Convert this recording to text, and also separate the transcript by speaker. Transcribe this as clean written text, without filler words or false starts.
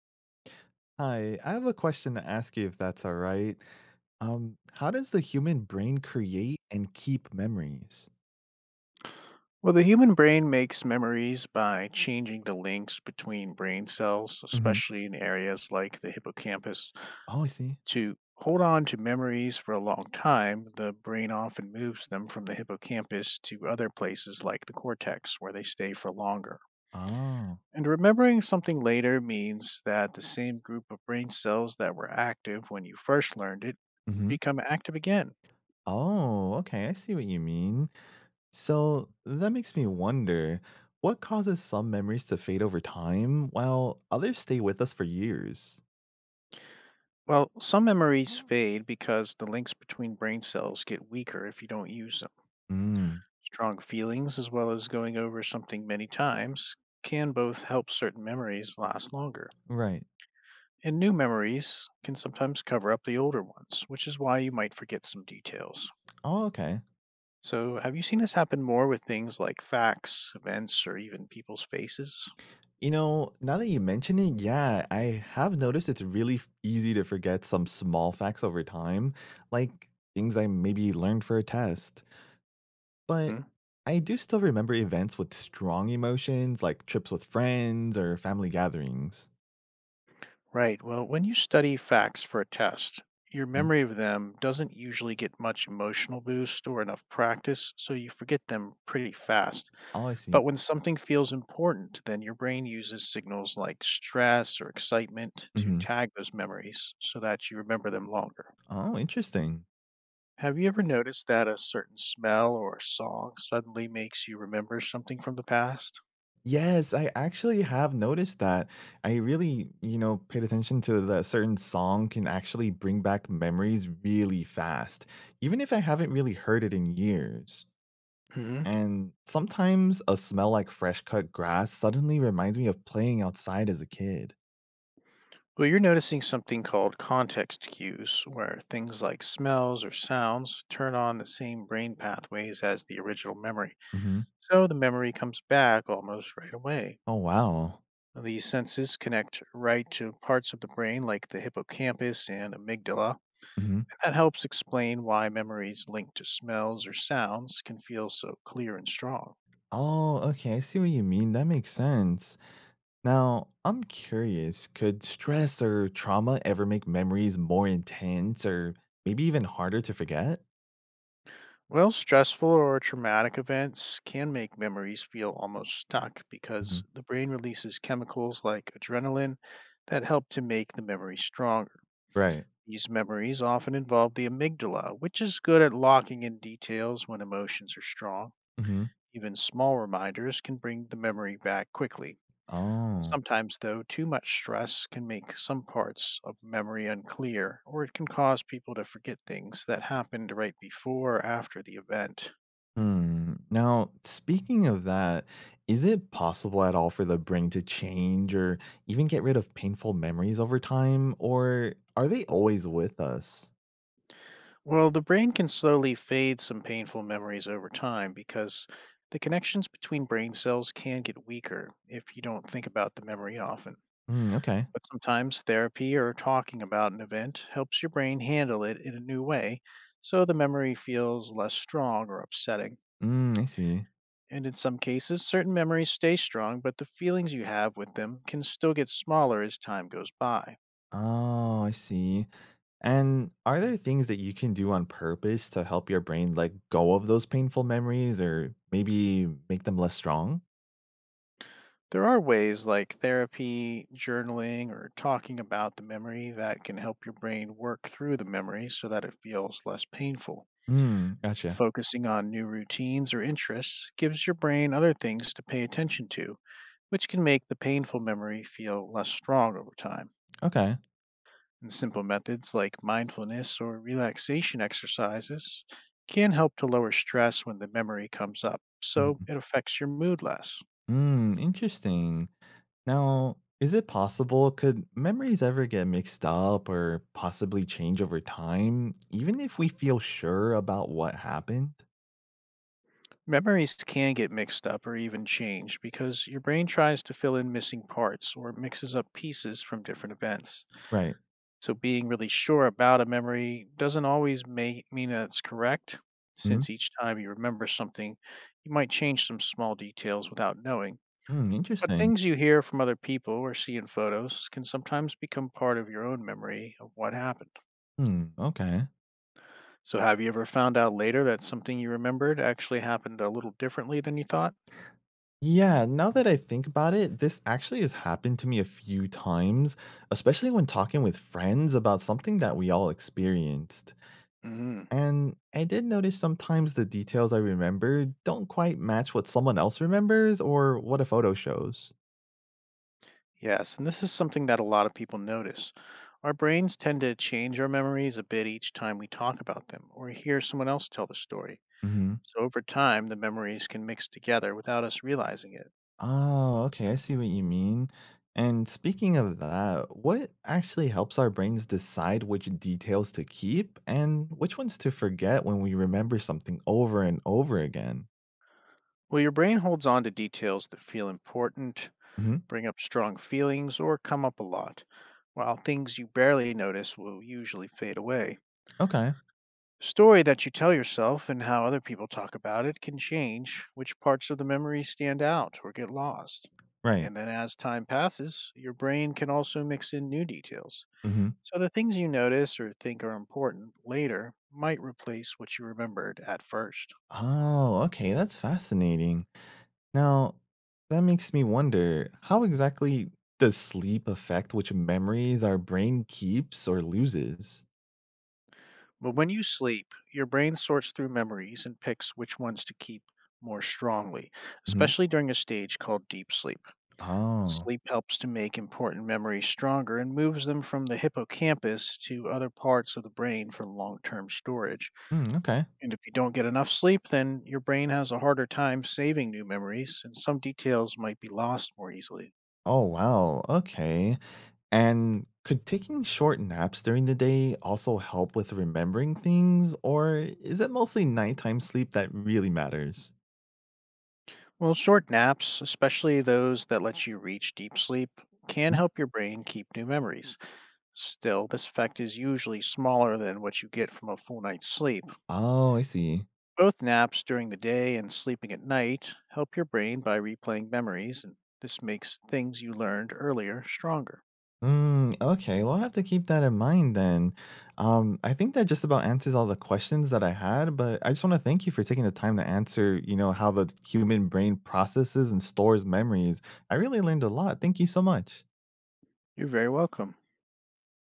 Speaker 1: Hi, I have a question to ask you if that's all right. How does the human brain create and keep memories?
Speaker 2: Well, the human brain makes memories by changing the links between brain cells,
Speaker 1: Hmm.
Speaker 2: especially in areas like the hippocampus.
Speaker 1: Oh, I see.
Speaker 2: To hold on to memories for a long time, the brain often moves them from the hippocampus to other places like the cortex, where they stay for longer.
Speaker 1: Oh.
Speaker 2: And remembering something later means that the same group of brain cells that were active when you first learned it
Speaker 1: Hmm.
Speaker 2: become active again.
Speaker 1: Oh, okay. I see what you mean. So that makes me wonder what causes some memories to fade over time while others stay with us for years?
Speaker 2: Well, some memories fade because the links between brain cells get weaker if you don't use them.
Speaker 1: Mm,
Speaker 2: Strong feelings, as well as going over something many times, can both help certain memories last longer.
Speaker 1: right.
Speaker 2: And new memories can sometimes cover up the older ones, which is why you might forget some details.
Speaker 1: Oh, okay.
Speaker 2: So, have you seen this happen more with things like facts, events, or even people's faces?
Speaker 1: Now that you mention it, yeah, I have noticed it's really easy to forget some small facts over time, like things I maybe learned for a test. But
Speaker 2: hmm
Speaker 1: I do still remember events with strong emotions, like trips with friends or family gatherings.
Speaker 2: Right. Well, when you study facts for a test, your
Speaker 1: Mm.
Speaker 2: memory of them doesn't usually get much emotional boost or enough practice, so you forget them pretty fast.
Speaker 1: Oh, I see.
Speaker 2: But when something feels important, then your brain uses signals like stress or excitement to
Speaker 1: Hmm.
Speaker 2: tag those memories so that you remember them longer.
Speaker 1: Oh, interesting.
Speaker 2: Have you ever noticed that a certain smell or song suddenly makes you remember something from the past?
Speaker 1: Yes, I actually have noticed that. I really paid attention to the certain song can actually bring back memories really fast, even if I haven't really heard it in years.
Speaker 2: hmm
Speaker 1: And sometimes a smell like fresh cut grass suddenly reminds me of playing outside as a kid.
Speaker 2: Well, you're noticing something called context cues, where things like smells or sounds turn on the same brain pathways as the original memory.
Speaker 1: Hmm.
Speaker 2: So the memory comes back almost right away.
Speaker 1: Oh, wow.
Speaker 2: These senses connect right to parts of the brain like the hippocampus and amygdala, and
Speaker 1: Hmm.
Speaker 2: that helps explain why memories linked to smells or sounds can feel so clear and strong.
Speaker 1: Oh, okay. I see what you mean. That makes sense. Now, I'm curious, could stress or trauma ever make memories more intense or maybe even harder to forget?
Speaker 2: Well, stressful or traumatic events can make memories feel almost stuck
Speaker 1: Mhm.
Speaker 2: because the brain releases chemicals like adrenaline that help to make the memory stronger.
Speaker 1: Right.
Speaker 2: These memories often involve the amygdala, which is good at locking in details when emotions are strong.
Speaker 1: Mhm.
Speaker 2: Even small reminders can bring the memory back quickly.
Speaker 1: Oh.
Speaker 2: Sometimes, though, too much stress can make some parts of memory unclear, or it can cause people to forget things that happened right before or after the event.
Speaker 1: Hmm. Now, speaking of that, is it possible at all for the brain to change or even get rid of painful memories over time, or are they always with us?
Speaker 2: Well, the brain can slowly fade some painful memories over time because the connections between brain cells can get weaker if you don't think about the memory often.
Speaker 1: Mm, okay.
Speaker 2: But sometimes therapy or talking about an event helps your brain handle it in a new way, so the memory feels less strong or upsetting.
Speaker 1: Mm, I see.
Speaker 2: And in some cases, certain memories stay strong, but the feelings you have with them can still get smaller as time goes by.
Speaker 1: Oh, I see. And are there things that you can do on purpose to help your brain let go of those painful memories or maybe make them less strong?
Speaker 2: There are ways like therapy, journaling, or talking about the memory that can help your brain work through the memory so that it feels less painful.
Speaker 1: Mm, gotcha.
Speaker 2: Focusing on new routines or interests gives your brain other things to pay attention to, which can make the painful memory feel less strong over time.
Speaker 1: Okay.
Speaker 2: And simple methods like mindfulness or relaxation exercises can help to lower stress when the memory comes up, so
Speaker 1: Mhm.
Speaker 2: it affects your mood less.
Speaker 1: Mm, interesting. Now, is it possible? Could memories ever get mixed up or possibly change over time, even if we feel sure about what happened?
Speaker 2: Memories can get mixed up or even changed because your brain tries to fill in missing parts or mixes up pieces from different events.
Speaker 1: Right.
Speaker 2: So, being really sure about a memory doesn't always mean that it's correct,
Speaker 1: Hmm.
Speaker 2: since each time you remember something, you might change some small details without knowing.
Speaker 1: Hmm,
Speaker 2: But
Speaker 1: interesting.
Speaker 2: things you hear from other people or see in photos can sometimes become part of your own memory of what happened.
Speaker 1: Hmm. Okay.
Speaker 2: So, have you ever found out later that something you remembered actually happened a little differently than you thought?
Speaker 1: Yeah. Now that I think about it, this actually has happened to me a few times, especially when talking with friends about something that we all experienced.
Speaker 2: Mm,
Speaker 1: And I did notice sometimes the details I remember don't quite match what someone else remembers or what a photo shows.
Speaker 2: yes, and this is something that a lot of people notice. Our brains tend to change our memories a bit each time we talk about them or hear someone else tell the story. So over time, the memories can mix together without us realizing it.
Speaker 1: Oh, okay. I see what you mean. And speaking of that, what actually helps our brains decide which details to keep and which ones to forget when we remember something over and over again?
Speaker 2: Well, your brain holds on to details that feel important,
Speaker 1: Hmm.
Speaker 2: bring up strong feelings, or come up a lot, while things you barely notice will usually fade away.
Speaker 1: Okay.
Speaker 2: Story that you tell yourself and how other people talk about it can change which parts of the memory stand out or get lost.
Speaker 1: Right.
Speaker 2: And then as time passes, your brain can also mix in new details.
Speaker 1: Hmm.
Speaker 2: So the things you notice or think are important later might replace what you remembered at first.
Speaker 1: Oh, okay. That's fascinating. Now, that makes me wonder how exactly does sleep affect which memories our brain keeps or loses?
Speaker 2: But when you sleep, your brain sorts through memories and picks which ones to keep more strongly,
Speaker 1: Hmm.
Speaker 2: especially during a stage called deep sleep.
Speaker 1: Oh.
Speaker 2: Sleep helps to make important memories stronger and moves them from the hippocampus to other parts of the brain for long term storage.
Speaker 1: Hmm, okay.
Speaker 2: And if you don't get enough sleep, then your brain has a harder time saving new memories, and some details might be lost more easily.
Speaker 1: Oh, wow. Okay. And could taking short naps during the day also help with remembering things, or is it mostly nighttime sleep that really matters?
Speaker 2: Well, short naps, especially those that let you reach deep sleep, can
Speaker 1: Hmm?
Speaker 2: help your brain keep new memories. Still, this effect is usually smaller than what you get from a full night's sleep.
Speaker 1: Oh, I see.
Speaker 2: Both naps during the day and sleeping at night help your brain by replaying memories, and this makes things you learned earlier stronger.
Speaker 1: Mm, okay, well, I'll have to keep that in mind then. I think that just about answers all the questions that I had, but I just want to thank you for taking the time to answer how the human brain processes and stores memories. I really learned a lot. Thank you so much.
Speaker 2: You're very welcome.